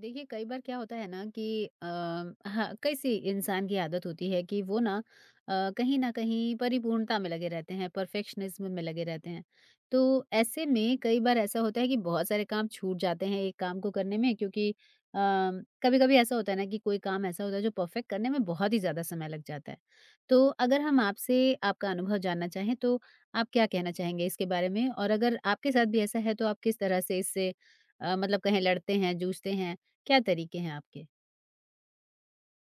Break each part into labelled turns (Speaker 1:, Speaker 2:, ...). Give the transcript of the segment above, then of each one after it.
Speaker 1: देखिए, कई बार क्या होता है ना कि हाँ, कैसी इंसान की आदत होती है कि वो ना कहीं ना कहीं परिपूर्णता में लगे रहते हैं, परफेक्शनिज्म में लगे रहते हैं। तो ऐसे में कई बार ऐसा होता है कि बहुत सारे काम छूट जाते हैं एक काम को करने में, क्योंकि कभी कभी ऐसा होता है ना कि कोई काम ऐसा होता है जो परफेक्ट करने में बहुत ही ज्यादा समय लग जाता है। तो अगर हम आपसे आपका अनुभव जानना चाहें, तो आप क्या कहना चाहेंगे इसके बारे में? और अगर आपके साथ भी ऐसा है, तो आप किस तरह से इससे मतलब कहें लड़ते हैं, जूझते हैं, क्या तरीके हैं आपके?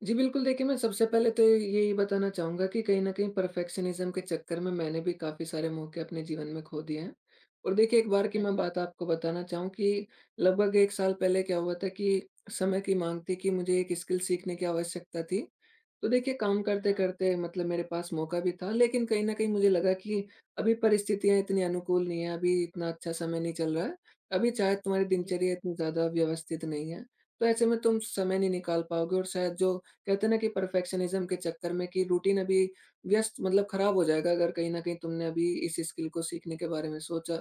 Speaker 2: जी, बिल्कुल देखिए, मैं सबसे पहले तो यही बताना चाहूँगा कि कहीं न कहीं परफेक्शनिज़्म के चक्कर में मैंने भी काफ़ी सारे मौके अपने जीवन में खो दिए हैं। और देखिए, एक बार की मैं
Speaker 1: अच्छा।
Speaker 2: बात आपको बताना चाहूँ कि लगभग 1 साल पहले क्या हुआ था कि समय की माँग थी कि मुझे एक स्किल सीखने की आवश्यकता थी। तो देखिए काम
Speaker 1: हाँ।
Speaker 2: करते-करते मतलब मेरे पास मौका भी था, लेकिन कहीं न कहीं मुझे लगा कि अभी परिस्थितियाँ इतनी अनुकूल नहीं है, अभी इतना अच्छा समय नहीं चल रहा है, अभी चाहे तुम्हारी
Speaker 1: जी।
Speaker 2: दिनचर्या इतनी ज़्यादा व्यवस्थित नहीं है, तो ऐसे में तुम समय नहीं निकाल पाओगे और शायद जो कहते हैं ना कि परफेक्शनिज़्म के चक्कर में कि रूटीन अभी व्यस्त मतलब खराब हो जाएगा अगर कहीं न कहीं तुमने अभी इस स्किल को सीखने के बारे में सोचा।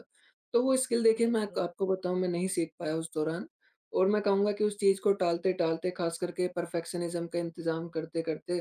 Speaker 2: तो वो स्किल देखिए मैं
Speaker 1: बिल्कुल।
Speaker 2: क आपको बताऊँ मैं नहीं सीख पाया उस दौरान। और मैं कहूँगा कि उस चीज़ को टालते-टालते ख़ास करके परफेक्शनिज़्म का इंतज़ाम करते-करते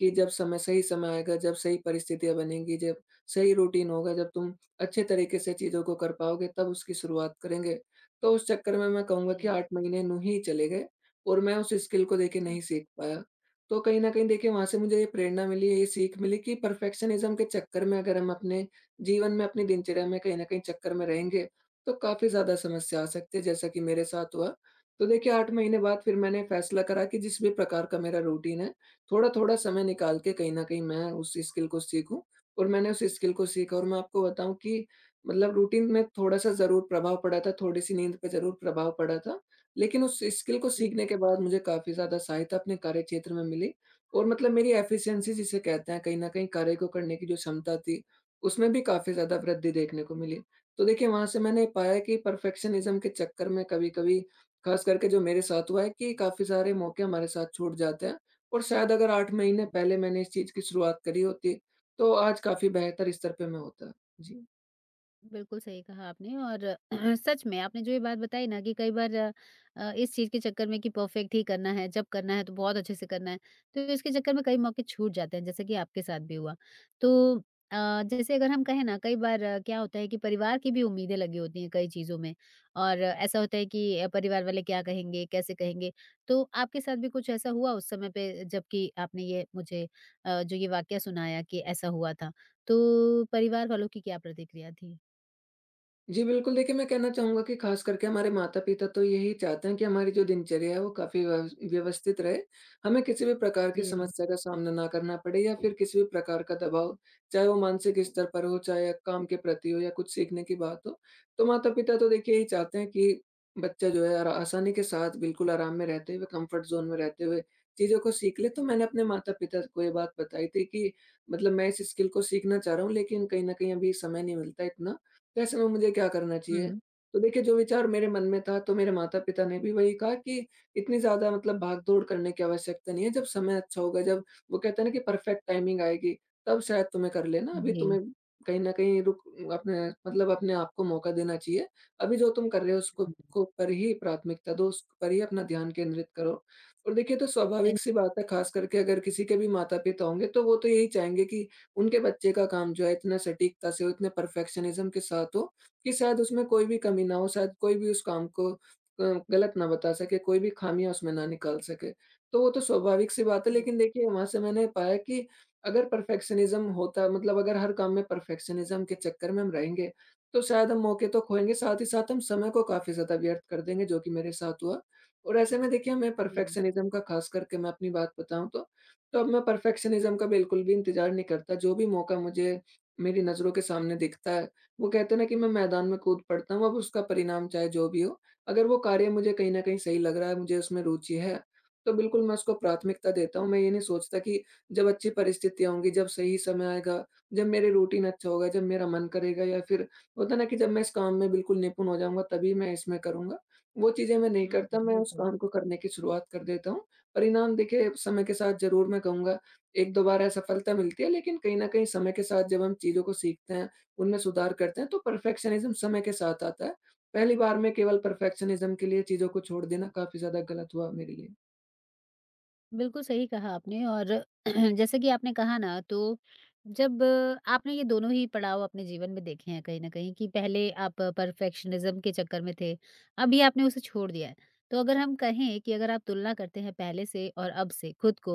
Speaker 2: कि जब समय सही समय आएगा, जब सही परिस्थितियाँ बनेंगी, जब सही रूटीन होगा, जब तुम अच्छे तरीके से चीज़ों को कर पाओगे तब उसकी शुरुआत करेंगे। तो उस चक्कर में मैं कहूँगा कि
Speaker 1: जी।
Speaker 2: 8 महीने यूँ ही चले गए और मैं उस स्किल को देखिए
Speaker 1: अच्छा।
Speaker 2: नहीं सीख पाया। तो कहीं न कहीं देखिए वहाँ से मुझे ये प्रेरणा मिली, ये सीख मिली कि परफेक्शनिज़्म के चक्कर में अगर हम अपने जीवन में, अपनी दिनचर्या में कहीं न कहीं चक्कर में रहेंगे, तो काफ़ी ज़्यादा समस्या आ सकती है जैसा कि मेरे साथ हुआ। तो देखिए 8 महीने बाद फिर मैंने फैसला करा कि जिस भी प्रकार का मेरा रूटीन है, थोड़ा-थोड़ा समय निकाल के कहीं न कहीं मैं उस स्किल को सीखूँ और मैंने उस स्किल को सीखा और मैं आपको बताऊँ कि मतलब रूटीन में थोड़ा-सा ज़रूर प्रभाव पड़ा था, थोड़ी-सी नींद पे ज़रूर प्रभाव पड़ा था। लेकिन उस स्किल को
Speaker 1: जी।
Speaker 2: सीखने के बाद मुझे काफ़ी ज़्यादा सहायता अपने कार्यक्षेत्र में मिली और मतलब मेरी एफिशिएंसी जिसे कहते हैं, कहीं न कहीं कार्य को करने की जो क्षमता थी, उसमें भी काफ़ी ज़्यादा वृद्धि देखने को मिली। तो देखिए, वहाँ से मैंने पाया कि परफेक्शनिज़्म के चक्कर में कभी-कभी खास करके जो मेरे साथ हुआ है कि काफ़ी सारे मौके हमारे साथ छूट जाते हैं और शायद अगर 8 महीने
Speaker 1: जी।
Speaker 2: पहले मैंने इस चीज़ की शुरुआत करी होती, तो आज काफ़ी बेहतर स्तर पे मैं होता। जी।
Speaker 1: बिल्कुल सही कहा आपने। और सच में, आपने जो ये बात बताई ना कि कई बार इस चीज़ के चक्कर में कि परफेक्ट ही करना है, जब करना है तो बहुत अच्छे से करना है, तो इसके चक्कर में कई मौके छूट जाते हैं, जैसे कि आपके साथ भी हुआ। तो जैसे अगर हम कहें ना, कई बार क्या होता है कि परिवार की भी उम्मीदें लगी होती हैं कई चीज़ों में, और ऐसा होता है कि परिवार वाले क्या कहेंगे, कैसे कहेंगे? तो आपके साथ भी कुछ ऐसा हुआ उस समय पे जबकि आपने ये मुझे जो ये वाकया सुनाया कि ऐसा हुआ था, तो परिवार वालों की क्या प्रतिक्रिया थी?
Speaker 2: जी, बिल्कुल देखिए, मैं कहना चाहूँगा कि ख़ास करके हमारे माता-पिता तो यही चाहते हैं कि हमारी जो दिनचर्या है वो काफ़ी व्यवस्थित रहे। हमें किसी भी प्रकार की
Speaker 1: जी।
Speaker 2: समस्या का सामना ना करना पड़े या फिर किसी भी प्रकार का दबाव, चाहे वो मानसिक स्तर पर हो, चाहे काम के प्रति हो या कुछ सीखने की बात हो। तो माता-पिता तो देखिए यही चाहते हैं कि बच्चा जो है आरा आसानी के साथ बिल्कुल आराम में रहते हुए, कम्फ़र्ट ज़ोन में रहते हुए चीज़ों को सीख ले। तो मैंने अपने माता-पिता को ये बात बताई थी कि मतलब मैं इस स्किल को सीखना चाह रहा हूँ लेकिन कहीं न कहीं अभी समय नहीं मिलता इतना। तो ऐसे में मुझे क्या करना चाहिए?
Speaker 1: हुँ।
Speaker 2: तो देखिए जो विचार मेरे मन में था तो मेरे माता-पिता ने भी वही कहा कि इतनी ज़्यादा मतलब भाग-दौड़ करने की आवश्यकता नहीं है, जब समय अच्छा होगा, जब वो कहते हैं ना कि परफेक्ट टाइमिंग आएगी, तब शायद तुम्हें कर लेना, अभी
Speaker 1: जी।
Speaker 2: तुम्हें कहीं न कहीं रुक अपने मतलब अपने आप को मौका देना चाहिए। अभी जो तुम कर रहे हो उसको
Speaker 1: हुँ।
Speaker 2: को पर ही प्राथमिकता दो, उस पर ही अपना ध्यान केंद्रित करो। और देखिए तो स्वाभाविक
Speaker 1: सही।
Speaker 2: सी बात है, खास करके अगर किसी के भी माता-पिता होंगे तो वो तो यही चाहेंगे कि उनके बच्चे का काम जो है इतना सटीकता से हो, इतने परफेक्शनिज़्म के साथ हो, कि शायद उसमें कोई भी कमी ना हो, शायद कोई भी उस काम को अ, गलत ना बता सके, कोई भी खामियाँ उसमें ना निकाल सके। तो वो तो स्वाभाविक सी बात है, लेकिन
Speaker 1: बिल्कुल।
Speaker 2: देखिए वहाँ से मैंने पाया कि अगर परफेक्शनिज़्म होता मतलब अगर हर काम में परफेक्शनिज़्म के चक्कर में हम रहेंगे, तो शायद हम मौके तो खोएँगे, साथ ही साथ हम समय को काफ़ी ज़्यादा व्यर्थ कर देंगे, जो कि मेरे साथ हुआ। और ऐसे में देखिए हमें
Speaker 1: जी।
Speaker 2: परफेक्शनिज़्म का ख़ास करके मैं अपनी बात बताऊँ तो अब मैं परफेक्शनिज़्म का बिल्कुल भी इंतज़ार नहीं करता, जो भी मौका मुझे मेरी नज़रों के सामने दिखता है, वो कहते हैं ना कि मैं मैदान में कूद पड़ता हूँ, अब उसका परिणाम चाहे जो भी हो। अगर वो कार्य मुझे कहीं न कहीं सही लग रहा है, मुझे उसमें रुचि है, तो बिल्कुल मैं उसको प्राथमिकता देता हूँ। मैं ये नहीं सोचता कि जब अच्छी परिस्थितियाँ होंगी, जब सही समय आएगा, जब मेरे रूटीन अच्छा होगा, जब मेरा मन करेगा या फिर होता है ना कि जब मैं इस काम में बिल्कुल निपुण हो जाऊँगा, तभी मैं इसमें करूँगा। वो चीज़ें मैं नहीं
Speaker 1: हुँ।
Speaker 2: करता, मैं उस
Speaker 1: बिल्कुल।
Speaker 2: काम को करने की शुरुआत कर देता हूँ। परिणाम देखिए समय के साथ ज़रूर मैं कहूँगा, 1-2 बार असफलता मिलती है लेकिन कहीं न कहीं समय के साथ जब हम चीज़ों को सीखते हैं, उनमें सुधार करते हैं तो परफेक्शनिज़्म समय के साथ आता है। पहली बार में केवल परफेक्शनिज़्म के लिए चीज़ों को छोड़ देना काफ़ी ज़्यादा गलत हुआ मेरे लिए।
Speaker 1: बिल्कुल सही कहा आपने। और जैसे कि आपने कहा ना, तो जब आपने ये दोनों ही पड़ाव अपने जीवन में देखे हैं कहीं ना कहीं, कि पहले आप परफेक्शनिज्म के चक्कर में थे, अभी आपने उसे छोड़ दिया है, तो अगर हम कहें कि अगर आप तुलना करते हैं पहले से और अब से खुद को,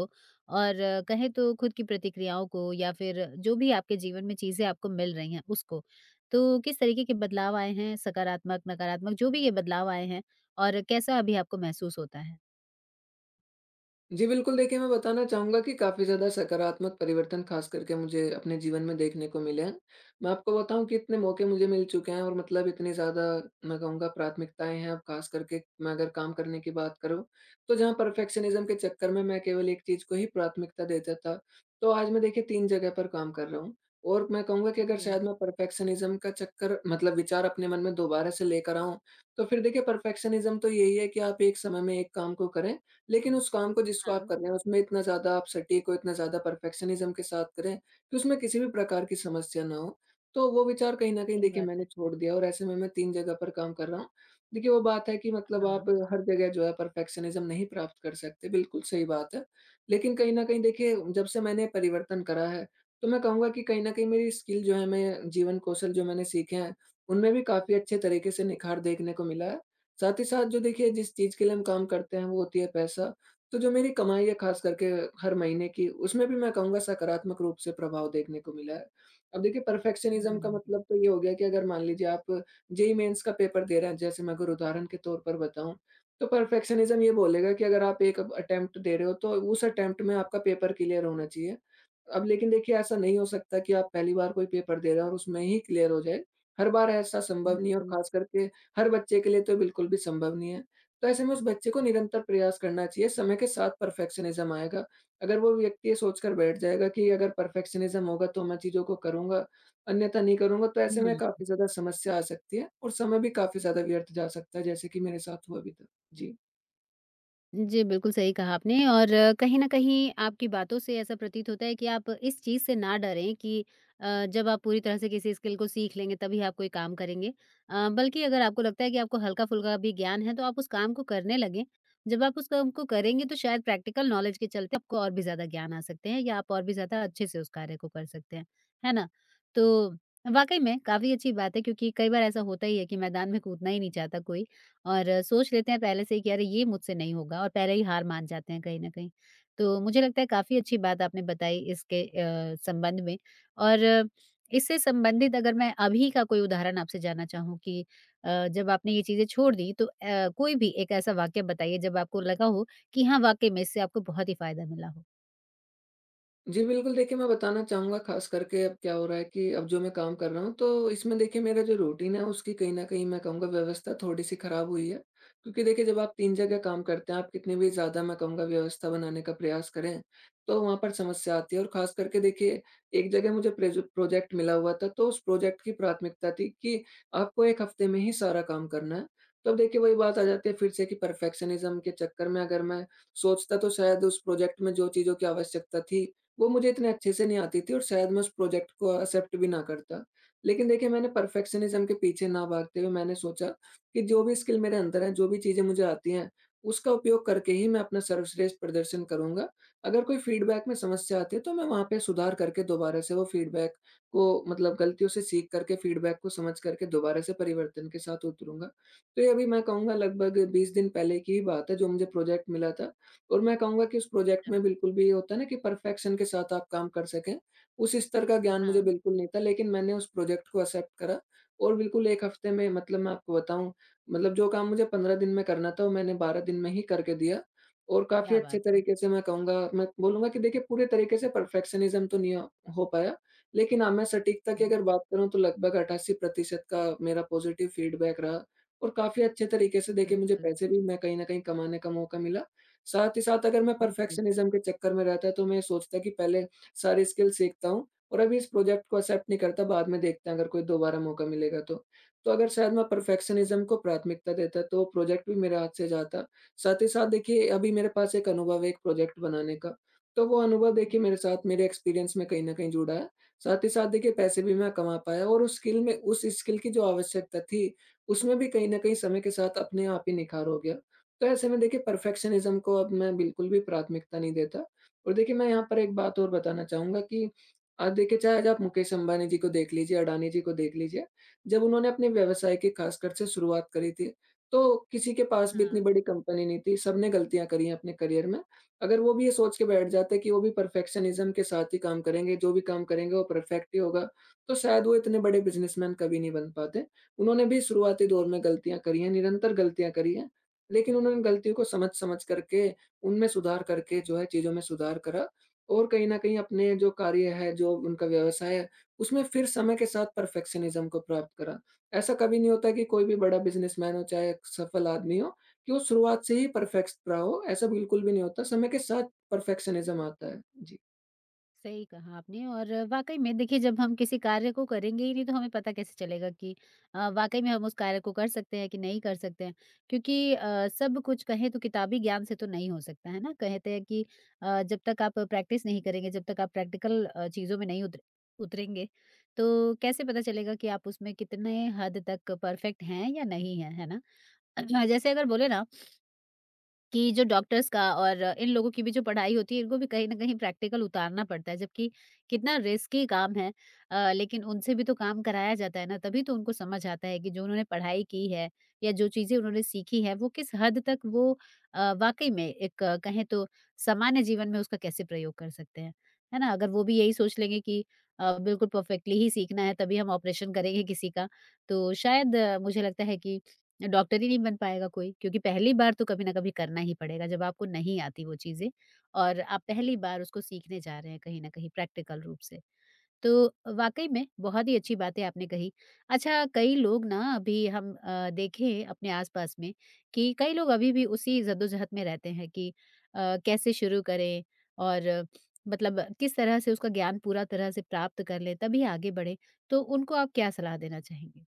Speaker 1: और कहें तो खुद की प्रतिक्रियाओं को या फिर जो भी आपके जीवन में चीजें आपको मिल रही हैं उसको, तो किस तरीके के बदलाव आए हैं, सकारात्मक नकारात्मक, जो भी ये बदलाव आए हैं, और कैसा अभी आपको महसूस होता है?
Speaker 2: जी, बिल्कुल देखिए, मैं बताना चाहूँगा कि काफ़ी ज़्यादा सकारात्मक परिवर्तन ख़ास करके मुझे अपने जीवन में देखने को मिले हैं। मैं आपको बताऊँ कि इतने मौके मुझे मिल चुके हैं और मतलब इतनी ज़्यादा मैं कहूँगा प्राथमिकताएँ हैं अब ख़ास करके मैं अगर काम करने की बात करूँ, तो जहाँ परफेक्शनिज़्म के चक्कर में मैं केवल एक चीज़ को ही प्राथमिकता देता था, तो आज मैं देखिए 3 जगह पर काम कर रहा हूँ। और मैं कहूँगा कि अगर
Speaker 1: जी।
Speaker 2: शायद मैं परफेक्शनिज़्म का चक्कर मतलब विचार अपने मन में दोबारा से लेकर आऊँ, तो फिर देखिए परफेक्शनिज़्म तो यही है कि आप एक समय में एक काम को करें लेकिन उस काम को जिसको आप
Speaker 1: हाँ।
Speaker 2: कर रहे हैं, उसमें इतना ज़्यादा आप सटीक हो, इतना ज़्यादा परफेक्शनिज़्म के साथ करें कि उसमें किसी भी प्रकार की समस्या ना हो। तो वो विचार कहीं न कहीं
Speaker 1: सही
Speaker 2: देखिए
Speaker 1: बात
Speaker 2: मैंने
Speaker 1: है।
Speaker 2: छोड़ दिया और ऐसे में मैं 3 जगह पर काम कर रहा हूँ। देखिए वो बात है कि मतलब आप
Speaker 1: हाँ।
Speaker 2: हर जगह जो है परफेक्शनिज़्म नहीं प्राप्त कर सकते, बिल्कुल सही बात है। लेकिन कहीं न कहीं देखिए जब से मैंने परिवर्तन करा है, तो मैं कहूँगा कि कहीं न कहीं मेरी स्किल जो है, मैं जीवन कौशल जो मैंने सीखे हैं, उनमें भी काफ़ी अच्छे तरीके से निखार देखने को मिला है। साथ ही साथ जो देखिए जिस चीज़ के लिए हम काम करते हैं वो होती है पैसा। तो जो मेरी कमाई है ख़ास करके हर महीने की उसमें भी मैं कहूँगा सकारात्मक रूप से प्रभाव देखने को मिला है। अब देखिए परफ़ेक्शनिज़्म का
Speaker 1: हुँ।
Speaker 2: मतलब तो ये हो गया कि अगर मान लीजिए आप जेईई मेन्स का पेपर दे रहे हैं जैसे मैं अगर उदाहरण के तौर पर बताऊँ, तो परफ़ेक्शनिज़्म ये बोलेगा कि अगर आप एक अटेम्प्ट दे रहे हो तो उस अटेम्प्ट में आपका पेपर क्लियर होना चाहिए। अब लेकिन देखिए ऐसा नहीं हो सकता कि आप पहली बार कोई पेपर दे रहे हो और उसमें ही क्लियर हो जाए। हर बार ऐसा संभव नहीं है और
Speaker 1: बिल्कुल।
Speaker 2: ख़ास करके हर बच्चे के लिए तो बिल्कुल भी संभव नहीं है। तो ऐसे में उस बच्चे को निरंतर प्रयास करना चाहिए, समय के साथ परफेक्शनिज़्म आएगा। अगर वो व्यक्ति ये सोचकर बैठ जाएगा कि अगर परफेक्शनिज़्म होगा तो मैं चीज़ों को करूँगा, अन्यथा नहीं करूँगा तो ऐसे में
Speaker 1: हुँ।
Speaker 2: काफ़ी ज़्यादा समस्या आ सकती है और समय भी काफ़ी ज़्यादा व्यर्थ जा सकता है जैसे कि मेरे साथ हुआ अभी तक। जी।
Speaker 1: जी। बिल्कुल सही कहा आपने। और कहीं न कहीं आपकी बातों से ऐसा प्रतीत होता है कि आप इस चीज़ से ना डरें कि जब आप पूरी तरह से किसी स्किल को सीख लेंगे, तभी आप कोई काम करेंगे। बल्कि अगर आपको लगता है कि आपको हल्का-फुल्का भी ज्ञान है, तो आप उस काम को करने लगें। जब आप उस काम को करेंगे, तो शायद प्रैक्टिकल नॉलेज के चलते आपको और भी ज़्यादा ज्ञान आ सकते हैं, या आप और भी ज़्यादा अच्छे से उस कार्य को कर सकते हैं। है ना? तो वाक़ई में काफ़ी अच्छी बात है, क्योंकि कई बार ऐसा होता ही है कि मैदान में कूदना ही नहीं चाहता कोई। और सोच लेते हैं पहले से ही कि अरे ये मुझसे नहीं होगा, और पहले ही हार मान जाते हैं कहीं न कहीं। तो मुझे लगता है काफ़ी अच्छी बात आपने बताई इसके संबंध में। और इससे संबंधित अगर मैं अभी का कोई उदाहरण आपसे जानना चाहूँ कि जब आपने ये चीज़ें छोड़ दी, तो कोई भी एक ऐसा वाक़या बताइए जब आपको लगा हो कि हाँ, वाक़ई में इससे आपको बहुत ही फ़ायदा मिला हो?
Speaker 2: जी, बिल्कुल देखिए, मैं बताना चाहूँगा ख़ास करके अब क्या हो रहा है कि अब जो मैं काम कर रहा हूँ, तो इसमें देखिए मेरा जो रूटीन है उसकी कहीं न कहीं मैं कहूँगा व्यवस्था थोड़ी-सी ख़राब हुई है। क्योंकि देखिए जब आप 3 जगह काम करते हैं, आप कितने भी ज़्यादा मैं कहूँगा व्यवस्था बनाने का प्रयास करें, तो वहाँ पर समस्या आती है और ख़ास करके देखिए एक जगह मुझे प्रेज प्रोजेक्ट मिला हुआ था, तो उस प्रोजेक्ट की प्राथमिकता थी कि आपको 1 हफ़्ते में ही सारा काम करना है। तो अब देखिए वही बात आ जाती है फिर से कि परफेक्शनिज़्म के चक्कर में अगर मैं सोचता तो शायद उस प्रोजेक्ट में जो चीज़ों की आवश्यकता थी वो मुझे इतने अच्छे से नहीं आती थी और शायद मैं उस प्रोजेक्ट को एक्सेप्ट भी ना करता। लेकिन देखिए मैंने परफेक्शनिज़्म के पीछे ना भागते हुए मैंने सोचा कि जो भी स्किल मेरे अंदर है, जो भी चीज़ें मुझे आती हैं, उसका उपयोग करके ही मैं अपना सर्वश्रेष्ठ प्रदर्शन करूँगा। अगर कोई फीडबैक में समस्या आती है तो मैं वहाँ पे सुधार करके दोबारा से वो फीडबैक को मतलब गलतियों से सीख करके फीडबैक को समझ करके दोबारा से परिवर्तन के साथ उतरूँगा। तो ये अभी मैं कहूँगा लगभग 20 दिन पहले की ही बात है जो मुझे प्रोजेक्ट मिला था। और मैं कहूँगा कि उस प्रोजेक्ट में बिल्कुल भी ये होता है ना कि परफेक्शन के साथ आप काम कर सकें, उस स्तर का ज्ञान मुझे
Speaker 1: हाँ।
Speaker 2: बिल्कुल नहीं था। लेकिन मैंने उस प्रोजेक्ट को एक्सेप्ट करा और बिल्कुल 1 हफ्ते में मतलब मैं आपको बताऊँ, मतलब जो काम मुझे 15 दिन में करना था, वो मैंने 12 दिन में ही करके दिया और काफ़ी
Speaker 1: क्या
Speaker 2: अच्छे
Speaker 1: बात है।
Speaker 2: तरीके से मैं कहूँगा, मैं बोलूँगा कि देखिए पूरे तरीके से परफेक्शनिज़्म तो नहीं हो पाया, लेकिन हाँ, मैं सटीकता की
Speaker 1: हाँ।
Speaker 2: अगर बात करूँ तो लगभग 88% का मेरा पॉज़िटिव फीडबैक रहा और काफ़ी अच्छे तरीके से देखिए मुझे
Speaker 1: बिल्कुल।
Speaker 2: पैसे भी मैं कहीं न कहीं कमाने का मौका मिला। साथ ही साथ अगर मैं
Speaker 1: जी।
Speaker 2: परफेक्शनिज़्म के चक्कर में रहता तो मैं ये सोचता कि पहले सारी स्किल सीखता हूँ और अभी इस प्रोजेक्ट को एक्सेप्ट नहीं करता, बाद में देखते हैं अगर कोई दोबारा मौका मिलेगा तो। तो अगर शायद मैं परफेक्शनिज़्म को प्राथमिकता देता तो प्रोजेक्ट भी मेरे हाथ से जाता। साथ ही साथ देखिए अभी मेरे पास एक अनुभव है एक प्रोजेक्ट बनाने का, तो वो अनुभव देखिए मेरे साथ मेरे एक्सपीरियंस में कहीं न कहीं जुड़ा है। साथ ही साथ देखिए पैसे भी मैं कमा पाया और उस स्किल की जो आवश्यकता थी, उसमें भी कहीं न कहीं समय के साथ अपने आप ही निखार हो गया। तो ऐसे में देखिए परफेक्शनिज़्म को अब मैं बिल्कुल भी प्राथमिकता नहीं देता और देखिए मैं यहाँ पर एक बात और बताना चाहूँगा कि आज देखिए, चाहे आज आप मुकेश अंबानी जी को देख लीजिए, अडानी जी को देख लीजिए, जब उन्होंने अपने व्यवसाय की खासकर से शुरुआत करी थी, तो किसी के पास भी इतनी
Speaker 1: हाँ।
Speaker 2: बड़ी कंपनी नहीं थी, सबने गलतियाँ करी हैं अपने करियर में। अगर वो भी ये सोच के बैठ जाते कि वो भी परफेक्शनिज़्म के साथ ही काम करेंगे, जो भी काम करेंगे वो परफेक्ट ही होगा, तो शायद वो इतने बड़े बिज़नेसमैन कभी नहीं बन पाते। उन्होंने भी शुरुआती दौर में गलतियाँ करी हैं, निरंतर गलतियाँ करी हैं, लेकिन उन्होंने गलतियों को समझ-समझ करके, उनमें सुधार करके जो है चीज़ों में सुधार करा और कहीं न कहीं अपने जो कार्य है, जो उनका व्यवसाय है, उसमें फिर समय के साथ परफेक्शनिज़्म को प्राप्त करा। ऐसा कभी नहीं होता कि कोई भी बड़ा बिज़नेसमैन हो, चाहे एक सफल आदमी हो, कि वो शुरुआत से ही परफेक्ट रहा हो, ऐसा बिल्कुल भी नहीं होता। समय के साथ परफेक्शनिज़्म आता है। जी।
Speaker 1: सही कहा आपने। और वाकई में देखिए, जब हम किसी कार्य को करेंगे ही नहीं, तो हमें पता कैसे चलेगा कि वाकई में हम उस कार्य को कर सकते हैं कि नहीं कर सकते हैं? क्योंकि सब कुछ कहें तो किताबी ज्ञान से तो नहीं हो सकता है ना। कहते हैं कि जब तक आप प्रैक्टिस नहीं करेंगे, जब तक आप प्रैक्टिकल चीज़ों में नहीं उतरेंगे, तो कैसे पता चलेगा कि आप उसमें कितने हद तक परफेक्ट हैं या नहीं हैं, है ना? जैसे अगर बोले ना, कि जो डॉक्टर्स का और इन लोगों की भी जो पढ़ाई होती है, इनको भी कहीं न कहीं प्रैक्टिकल उतारना पड़ता है, जबकि कितना रिस्की काम है। लेकिन उनसे भी तो काम कराया जाता है ना, तभी तो उनको समझ आता है कि जो उन्होंने पढ़ाई की है, या जो चीज़ें उन्होंने सीखी है, वो किस हद तक वो वाक़ई में एक कहें तो सामान्य जीवन में उसका कैसे प्रयोग कर सकते हैं, है ना? अगर वो भी यही सोच लेंगे कि बिल्कुल परफेक्टली ही सीखना है, तभी हम ऑपरेशन करेंगे किसी का, तो शायद मुझे लगता है कि डॉक्टर ही नहीं बन पाएगा कोई, क्योंकि पहली बार तो कभी ना कभी करना ही पड़ेगा जब आपको नहीं आती वो चीज़ें, और आप पहली बार उसको सीखने जा रहे हैं कहीं ना कहीं प्रैक्टिकल रूप से। तो वाक़ई में बहुत ही अच्छी बातें आपने कही। अच्छा, कई लोग ना, अभी हम देखें अपने आस-पास में, कि कई लोग अभी भी उसी जद्दोजहद में रहते हैं कि कैसे शुरू करें, और मतलब किस तरह से उसका ज्ञान पूरा तरह से प्राप्त कर लें तभी आगे बढ़ें। तो उनको आप क्या सलाह देना चाहेंगे?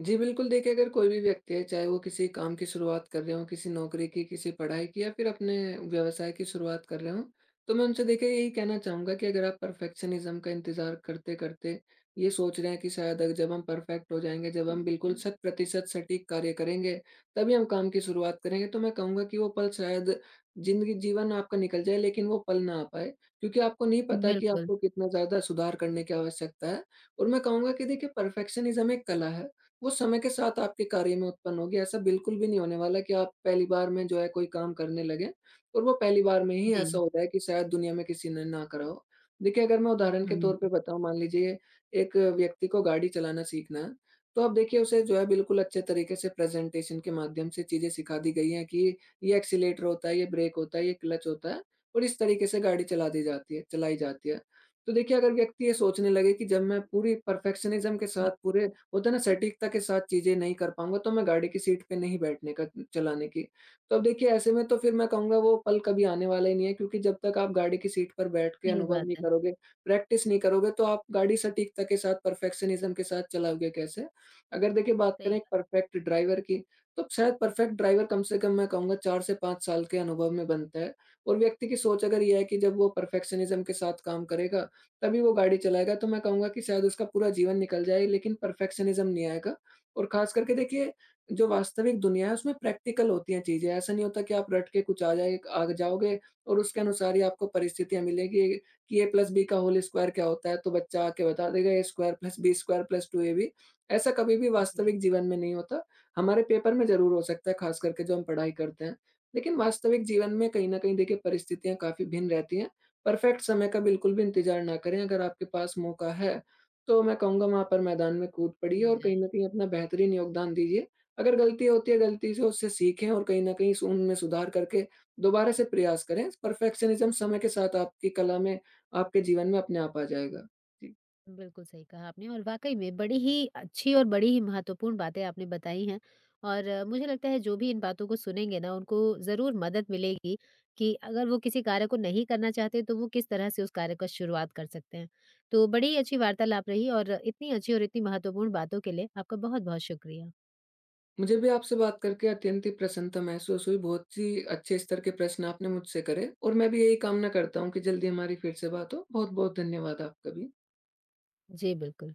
Speaker 2: जी, बिल्कुल देखिए अगर कोई भी व्यक्ति है, चाहे वो किसी काम की शुरुआत कर रहे हों, किसी नौकरी की, किसी पढ़ाई की या फिर अपने व्यवसाय की शुरुआत कर रहे हों, तो मैं उनसे देखिए यही कहना चाहूँगा कि अगर आप परफ़ेक्शनिज़्म का इंतज़ार करते-करते ये सोच रहे हैं कि शायद अगर जब हम परफ़ेक्ट हो जाएँगे, जब हम बिल्कुल हुँ। शत प्रतिशत सटीक कार्य करेंगे, तभी हम काम की शुरुआत करेंगे, तो मैं कहूँगा कि वो पल शायद ज़िंदगी जीवन आपका निकल जाए लेकिन वो पल ना आ पाए, क्योंकि आपको नहीं पता कि
Speaker 1: बिल्कुल।
Speaker 2: आपको कितना ज़्यादा सुधार करने की आवश्यकता है। और मैं कहूँगा कि देखिए परफ़ेक्शनिज़्म एक कला है। वो समय के साथ आपके कार्य में उत्पन्न होगी। ऐसा बिल्कुल भी नहीं होने वाला कि आप पहली बार में जो है कोई काम करने लगें और वो पहली बार में ही ऐसा
Speaker 1: जी।
Speaker 2: हो जाए कि शायद दुनिया में किसी ने ना करा हो। देखिए, अगर मैं उदाहरण के
Speaker 1: हुँ।
Speaker 2: तौर पे बताऊँ, मान लीजिए एक व्यक्ति को गाड़ी चलाना सीखना है, तो आप देखिए उसे जो है बिल्कुल अच्छे तरीके से प्रेज़ेंटेशन के माध्यम से चीज़ें सिखा दी गई हैं कि ये एक्सीलेटर होता है, ये ब्रेक होता है, ये क्लच होता है और इस तरीके से गाड़ी चलाई जाती है। तो देखिए, अगर व्यक्ति ये सोचने लगे कि जब मैं पूरी परफेक्शनिज़्म के साथ पूरे होता है ना सटीकता के साथ चीज़ें नहीं कर पाऊँगा, तो मैं गाड़ी की सीट पे नहीं बैठने का, चलाने की। तो अब देखिए ऐसे में तो फिर मैं कहूँगा वो पल कभी आने वाला ही नहीं है क्योंकि जब तक आप गाड़ी की सीट पर बैठ के
Speaker 1: सही
Speaker 2: अनुभव
Speaker 1: बात
Speaker 2: नहीं
Speaker 1: है।
Speaker 2: करोगे, प्रैक्टिस नहीं करोगे तो आप गाड़ी सटीकता के साथ परफेक्शनिज़्म के साथ चलाओगे कैसे? अगर देखिए बात
Speaker 1: सही
Speaker 2: करें एक
Speaker 1: बात
Speaker 2: परफेक्ट ड्राइवर की, तो शायद परफेक्ट ड्राइवर कम से कम मैं कहूँगा 4 से 5 साल के अनुभव में बनता है और व्यक्ति की सोच अगर ये है कि जब वो परफेक्शनिज़्म के साथ काम करेगा तभी वो गाड़ी चलाएगा। तो मैं कहूँगा कि शायद उसका पूरा जीवन निकल जाए लेकिन परफेक्शनिज़्म नहीं आएगा और ख़ास करके देखिए जो वास्तविक दुनिया है उसमें प्रैक्टिकल होती हैं चीज़ें। ऐसा नहीं होता कि आप रट के कुछ आ जाओगे और उसके अनुसार ही आपको परिस्थितियाँ मिलेगी कि ए प्लस बी का होल स्क्वायर क्या होता है? तो बच्चा आके बता देगा A square plus B square plus 2ab। ऐसा कभी भी
Speaker 1: है। जी।
Speaker 2: वास्तविक जीवन में नहीं होता। हमारे पेपर में ज़रूर हो सकता है ख़ास करके जो हम पढ़ाई करते हैं। लेकिन वास्तविक जीवन में कहीं न कहीं देखिए परिस्थितियाँ काफ़ी भिन्न रहती हैं। परफेक्ट समय का बिल्कुल भी इंतज़ार ना करें, अगर आपके पास मौका है, तो मैं कहूँगा वहाँ पर मैदान में कूद पड़िए
Speaker 1: टूट
Speaker 2: और कहीं
Speaker 1: जाएँ।
Speaker 2: न कहीं अपना बेहतरीन योगदान दीजिए। अगर गलती होती है, गलती से उससे सीखें और कहीं न कहीं सु उनमें सुधार करके दोबारा से प्रयास करें। परफेक्शनिज़्म समय के साथ आपकी कला में, आपके जीवन में अपने आप आ जाएगा। जी,
Speaker 1: बिल्कुल सही कहा आपने। और वाक़ई में बड़ी ही अच्छी और बड़ी ही महत्वपूर्ण बातें आपने बताई हैं, और मुझे लगता है जो भी इन बातों को सुनेंगे ना, उनको ज़रूर मदद मिलेगी कि अगर वो किसी कार्य को नहीं करना चाहते, तो वो किस तरह से उस कार्य का शुरुआत कर सकते हैं। तो बड़ी ही अच्छी वार्तालाप रही, और इतनी अच्छी और इतनी महत्वपूर्ण बातों के लिए आपका बहुत-बहुत शुक्रिया।
Speaker 2: मुझे भी आपसे बात करके अत्यंत ही प्रसन्नता महसूस हुई, बहुत ही अच्छे स्तर के प्रश्न आपने मुझसे करे और मैं भी यही कामना करता हूँ कि जल्दी हमारी फिर से बात हो। बहुत-बहुत धन्यवाद आपका भी।
Speaker 1: जी, बिल्कुल।